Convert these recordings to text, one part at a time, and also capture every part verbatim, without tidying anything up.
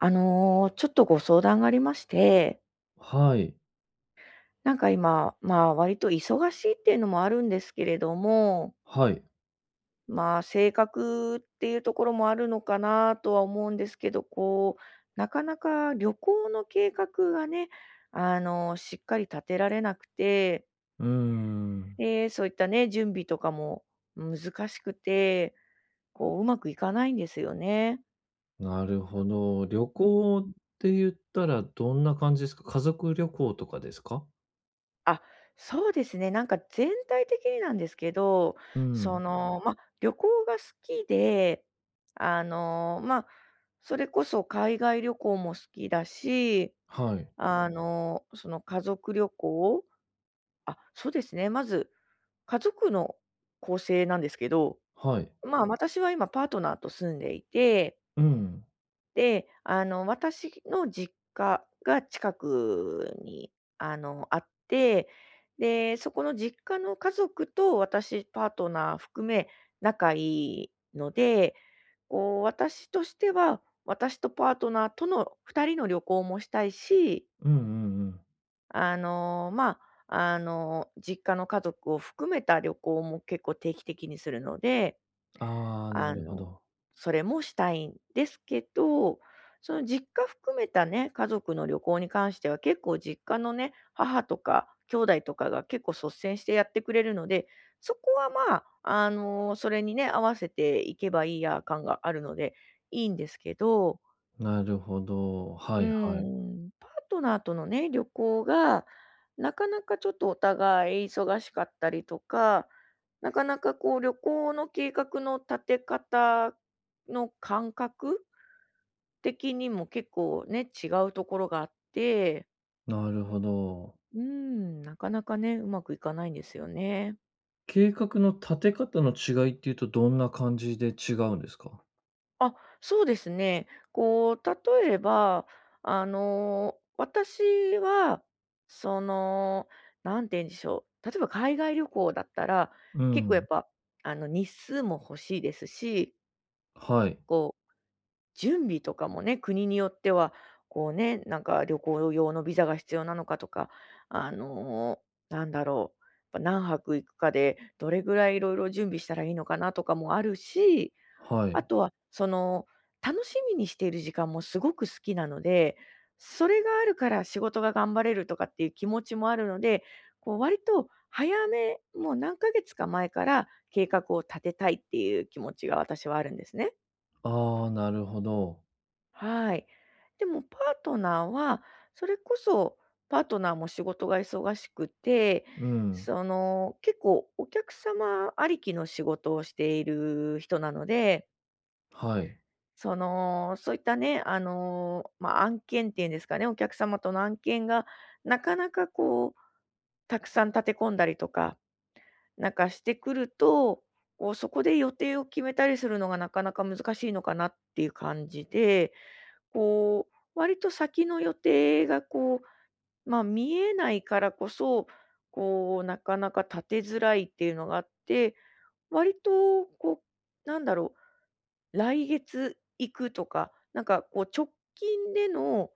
あの、ちょっとご相談がありまして、はい、なんか今、まあ、割と忙しいっていうのもあるんですけれども、はい。まあ、性格っていうところもあるのかなとは思うんですけど、こう、なかなか旅行の計画がね、あの、しっかり立てられなくて、うーん。で、そういったね、準備とかも難しくて、こう、うまくいかないんですよね。なるほど。旅行って言ったらどんな感じですか？家族旅行とかですか？あ、そうですね。なんか全体的になんですけど、うそん。の、まあ、旅行が好きで、あの、まあ、それこそ海外旅行も好きだし、はい、あの、その家族旅行あ、そうですね、まず家族の構成なんですけど、はい。まあ、私は今パートナーと住んでいて、うん。で、あの、私の実家が近くに、あの、あって、で、そこの実家の家族と私、パートナー含め仲いいので、こう、私としては、私とパートナーとのふたりの旅行もしたいし、うんうんうん。あの、まあ、あの、実家の家族を含めた旅行も結構定期的にするので、ああ、なあるほの、ど。それもしたいんですけど、その実家含めたね、家族の旅行に関しては結構実家のね、母とか兄弟とかが結構率先してやってくれるので、そこはまあ、あの、それにね、合わせていけばいいや感があるので、いいんですけど、なるほど。はういはい。ん、パートナーとのね、旅行が、なかなかちょっとお互い忙しかったりとか、なかなかこう旅行の計画の立て方の感覚的にも結構ね、違うところがあって、なるほど。うん、なかなかね、うまくいかないんですよね。計画の立て方の違いっていうとどんな感じで違うんですか？あ、そうですね。こう、例えば、あの、私は、その、なんて言うんでしょう。例えば海外旅行だったら、う結構やっん。ぱ、あの、日数も欲しいですし、はい、こう、準備とかもね、国によっては、こうね、なんか旅行用のビザが必要なのかとか、あの、なんだろう。やっぱ何泊行くかで、どれぐらいいろいろ準備したらいいのかなとかもあるし、はあい。とは、その、楽しみにしている時間もすごく好きなので、それがあるから仕事が頑張れるとかっていう気持ちもあるので、こう割と早め、もう何ヶ月か前から計画を立てたいっていう気持ちが私はあるんですね。ああ、なるほど。はい。でもパートナーは、それこそパートナーも仕事が忙しくて、うん。その、結構お客様ありきの仕事をしている人なので、はい。その、そういったね、あの、まあ、案件っていうんですかね、お客様との案件がなかなかこう、たくさん立て込んだりとか、なんかしてくると、こう、そこで予定を決めたりするのがなかなか難しいのかなっていう感じで、こう、割と先の予定がこう、まあ、見えないからこそ、こう、なかなか立てづらいっていうのがあって、割とこう、なんだろう、来月行くとか、なんかこう直近での、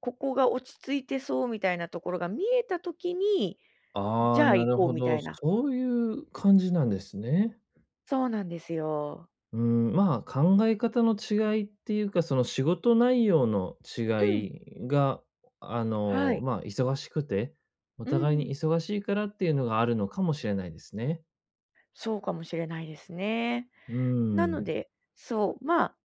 ここが落ち着いてそうみたいなところが見えた時に、あじあ、ゃあな行るこうほみたど。いな。そういう感じなんですね。そうなんですよ。うん、まあ、考え方の違いっていうか、その仕事内容のうん。違いが、あはの、い。まあ、忙しくて、おう互いん。に忙しいからっていうのがあるのかもしれないですね。そうかもしれないですね。うーなのん、で、そう、ま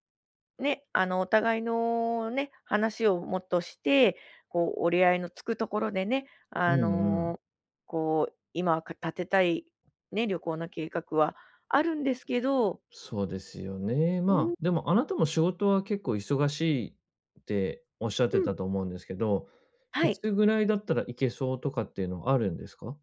あ、ね、あの、お互いのね、話をもっとして、こう、折り合いのつくところでね、うあんうん。の、こう、今か立てたい、ね、旅行の計画はあるんですけど。そうですよね。うまん、あ、でもあなたも仕事は結構忙しいっておっしゃっうてん、たと思うんですけど、はいい。つぐらいだったらいけそうとかっていうのはあるんですか？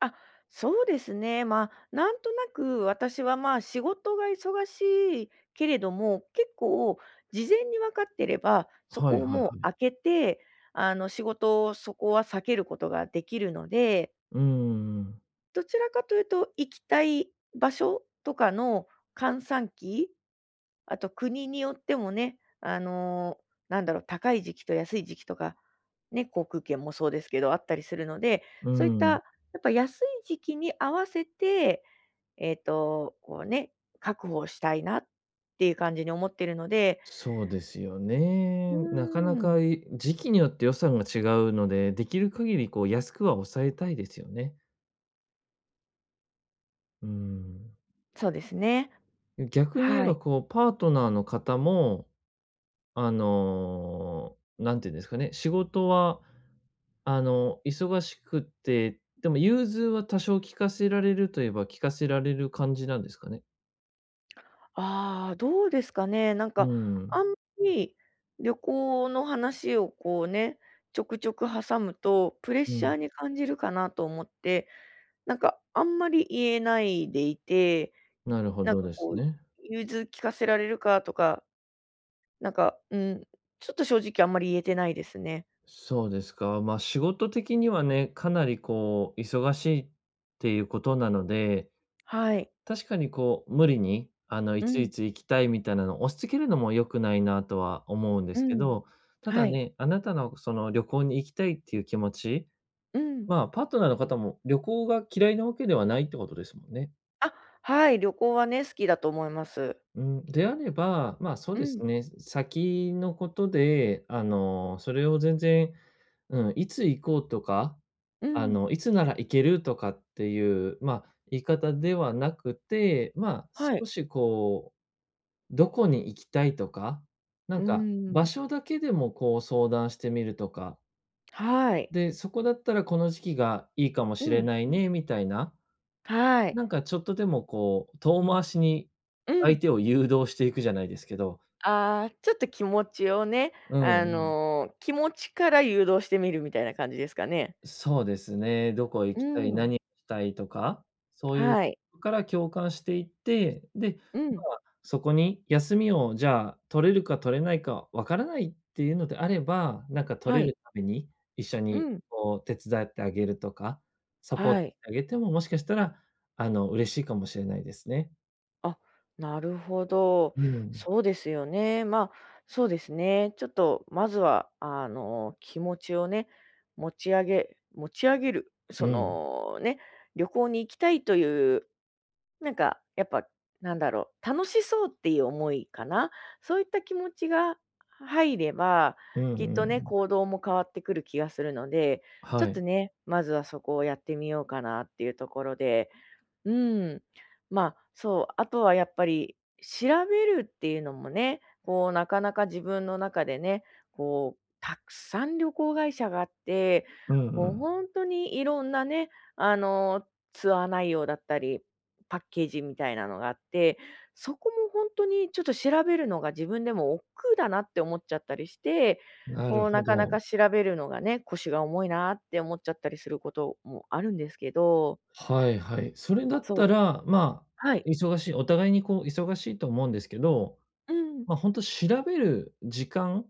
あ、そうですね。まあ、なんとなく私はまあ、仕事が忙しいけれども、結構事前に分かってれば、そはいこをはいもうはい。空けて、あの、仕事をそこは避けることができるので、うん、どちらかというと、行きたい場所とかの閑散期、あと国によってもね、あの、なんだろう、高い時期と安い時期とか、ね、航空券もそうですけど、あったりするので、うそういったやん。っぱ安い時期に合わせて、えっと、こうね、確保したいなっていう感じに思ってるので、そうですようね。なかなーん、か、い時期によって予算が違うので、できる限りこう安くは抑えたいですよね。うん。そうですね。逆に言えはばい。こう、パートナーの方も、あの、んて言うんですかね、仕事はあの、忙しくって、でも融通は多少利かせられるといえば利かせられる感じなんですかね？ああ、どうですかね。なんうか、あん、んまり旅行の話をこうね、ちょくちょく挟むと、プレッうシャん、ーに感じるかなと思って、なんか、あんまり言えないでいて、なるほなんどかでこすう、ね。融通聞かせられるかとか、なんか、うん、ちょっと正直あんまり言えてないですね。そうですか。まあ、仕事的にはね、かなりこう、忙しいっていうことなので、はい。確かにこう、無理に、あの、いうつん、いつ行きたいみたいなのを押し付けるのも良くないなとは思うんでうすけん。ど、たはだい。ね、あなたのその旅行に行きたいっていう気持ち、うん。まあ、パートナーの方も旅行が嫌いなわけではないってことですもんね。あ、はい、旅行はね、好きだと思います。うん、であれば、まあ、そううですん、ね、先のことで、あの、それを全然、うん、いつ行こうとか、うあん。の、いつなら行けるとかっていう、まあ、言い方ではなくて、まあ、は少い。しこう、どこに行きたいとか、なうんか、場ん。所だけでもこう相談してみるとか、はい。で、そこだったらこの時期がいいかもしうれん、ないね、みたいな、はい。なんかちょっとでもこう、遠回しにう相ん。手を誘導していくじゃないですけど、ああ、ちょっと気持ちをね、うあんうん。の、気持ちから誘導してみるみたいな感じですかね。そうですね。どこ行うきたい、ん、何したいとか、そういうとはい。こから共感していって、で、うん。そこに休みをじゃあ取れるか取れないかわからないっていうのであれば、なんか取はれい。るために一緒うにん。こう手伝ってあげるとか、サポートはしい。てあげても、もしかしたら、あの、嬉しいかもしれないですね。あ、なるほど。うん、そうですよね。まあ、そうですね。ちょっと、まずは、あの、気持ちをね、持ち上げ持ち上げる。そうん、の、ね、旅行に行きたいという、なんか、やっぱ、なんだろう、楽しそうっていう思いかな。そういった気持ちが入れば、うんうんきっとうね、ん。行動も変わってくる気がするので、ちょはっとい。ね、まずはそこをやってみようかなっていうところで、うん。まあ、そう、あとはやっぱり調べるっていうのもね、こうなかなか自分の中でね、こうたくさん旅行会社があって、うんうこうん。本当にいろんなね、あの、ツアー内容だったり、パッケージみたいなのがあって、そこも本当にちょっと調べるのが自分でも億劫だなって思っちゃったりして、なるこうほなかなど。か調べるのがね、腰が重いなって思っちゃったりすることもあるんですけど。はいはい。それだっそたう、ら、まはい。あ、忙しいお互いにこう忙しいと思うんですけど、うん。ま、あ本当調べる時間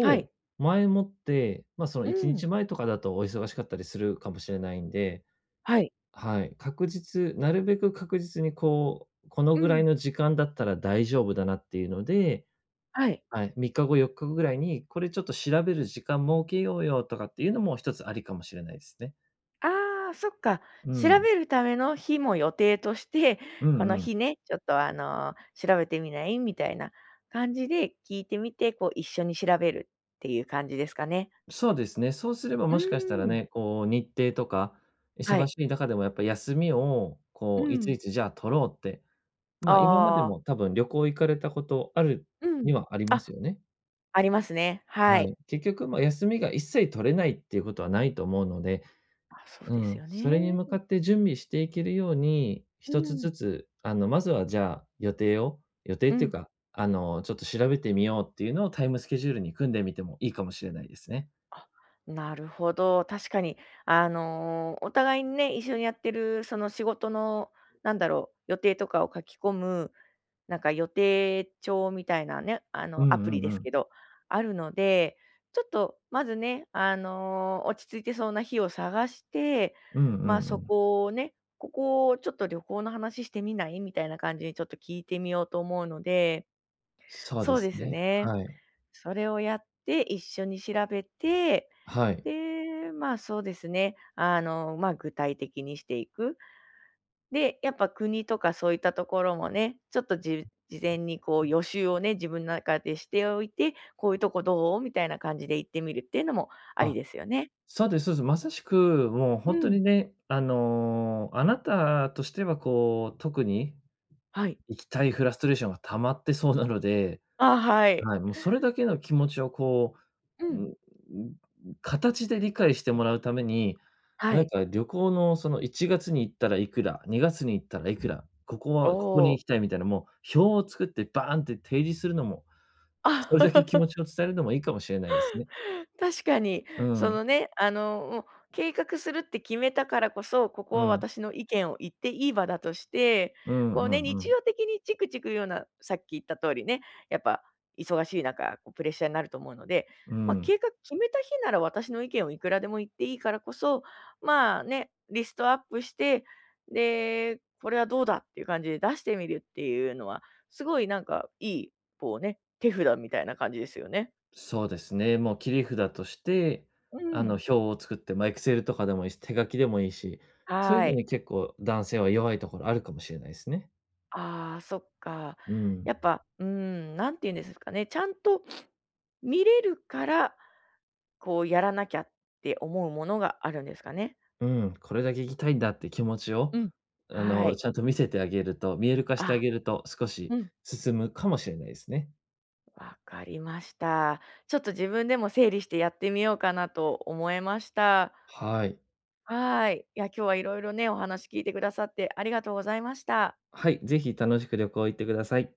はい。前もって、まあ、そのう1ん。日前とかだとお忙しかったりするかもしれないんで、はい。はい、確実なるべく確実にこう、このうぐらいん。の時間だったら大丈夫だなっていうので、はい。はい、みっかご、よっかぐらいに、これちょっと調べる時間設けようよとかっていうのも一つありかもしれないですね。ああ、そっか。う調ん。べるための日も予定として、うこんのうん。日ね、ちょっとあの、調べてみない？みたいな感じで聞いてみて、こう一緒に調べるっていう感じですかね。そうですね。そうすればうーもしかしたらん。ね、こう日程とか、は忙い。しい中でもやっぱ休みを、うこういつん。いつじゃあ取ろうって、まあ、今までああ、も多分旅行行かれたことあるうにん。はありまあ、すよね。ありますね。ははい。い。結局、ま、休みが一切取れないっていうことはないと思うので、あ、そううですん、よそれにね。向かって準備していけるように、う一つん。ずつ、あの、まずはじゃあ予定を予定うっていうん。か、あの、ちょっと調べてみようっていうのをタイムスケジュールに組んでみてもいいかもしれないですね。なるほど。確かに、あの、お互いにね、一緒にやってる、その仕事の、なんだろう、予定とかを書き込む、なんか予定帳みたいなね、あうの、アプんうリんでうすん。けど、あるので、ちょっと、まずね、あの、落ち着いてそうな日を探して、うんうんうまあ、そん。こをね、ここをちょっと旅行の話してみないみたいな感じにちょっと聞いてみようと思うので、そうそでうですすね。ね。はい。それをやって一緒に調べて、はい。で、まあ、そうですね、あの、まあ、具体的にしていく。で、やっぱ国とかそういったところもね、ちょっとじ事前にこう予習をね、自分の中でしておいて、こういうとこどう？みたいな感じで行ってみるっていうのもありあ、ですよね。そうですそうです。まさしく、もうう本当ん。にね、あの、あなたとしてはこう、特にはい。行きたいフラストレーションが溜まってそうなので、あ、はい。はい、もうそれだけの気持ちをこうう、んん。ん、形で理解してもらうために、はなんい。か旅行のそのいちがつに行ったらいくら、にがつに行ったらいくら、ここおはここにお。行きたいみたいな、もう表を作ってバーンって提示するのも、あ それだけ気 持ちを伝えるのもいいかもしれないですね。確かに、うそん。のね、あの、もう計画するって決めたからこそ、ここうはん。私の意見を言っていい場だとして、うこうんうね、んう日ん。常的にチクチク言うような、さっき言った通りね、やっぱ忙しい中、こうプレッシャーになると思うので、うまあ、ん。計画決めた日なら私の意見をいくらでも言っていいからこそ、まあね、リストアップして、で、これはどうだっていう感じで出してみるっていうのは、すごいなんかいい、こうね、手札みたいな感じですよね。そうですね。もう切り札として、うあの、ん、表を作って、まあ、e x c e とかでもいいし、手書きでもいいし、そういうはのい。に結構男性は弱いところあるかもしれないですね。ああ、そっか。うん。やっぱ、うーん、なんて言うんですかね、ちゃんと見れるから、こうやらなきゃって思うものがあるんですかね？うん、これだけ行きたいんだって気持ちうを、ん。あはの、い。ちゃんと見せてあげると、見える化してああ、げると、少うしん。進むかもしれないですね。わかりました。ちょっと自分でも整理してやってみようかなと思いました。はい。はい。いや、今日は色々ね、お話聞いてくださってありがとうございました。はい、ぜひ楽しく旅行行ってください。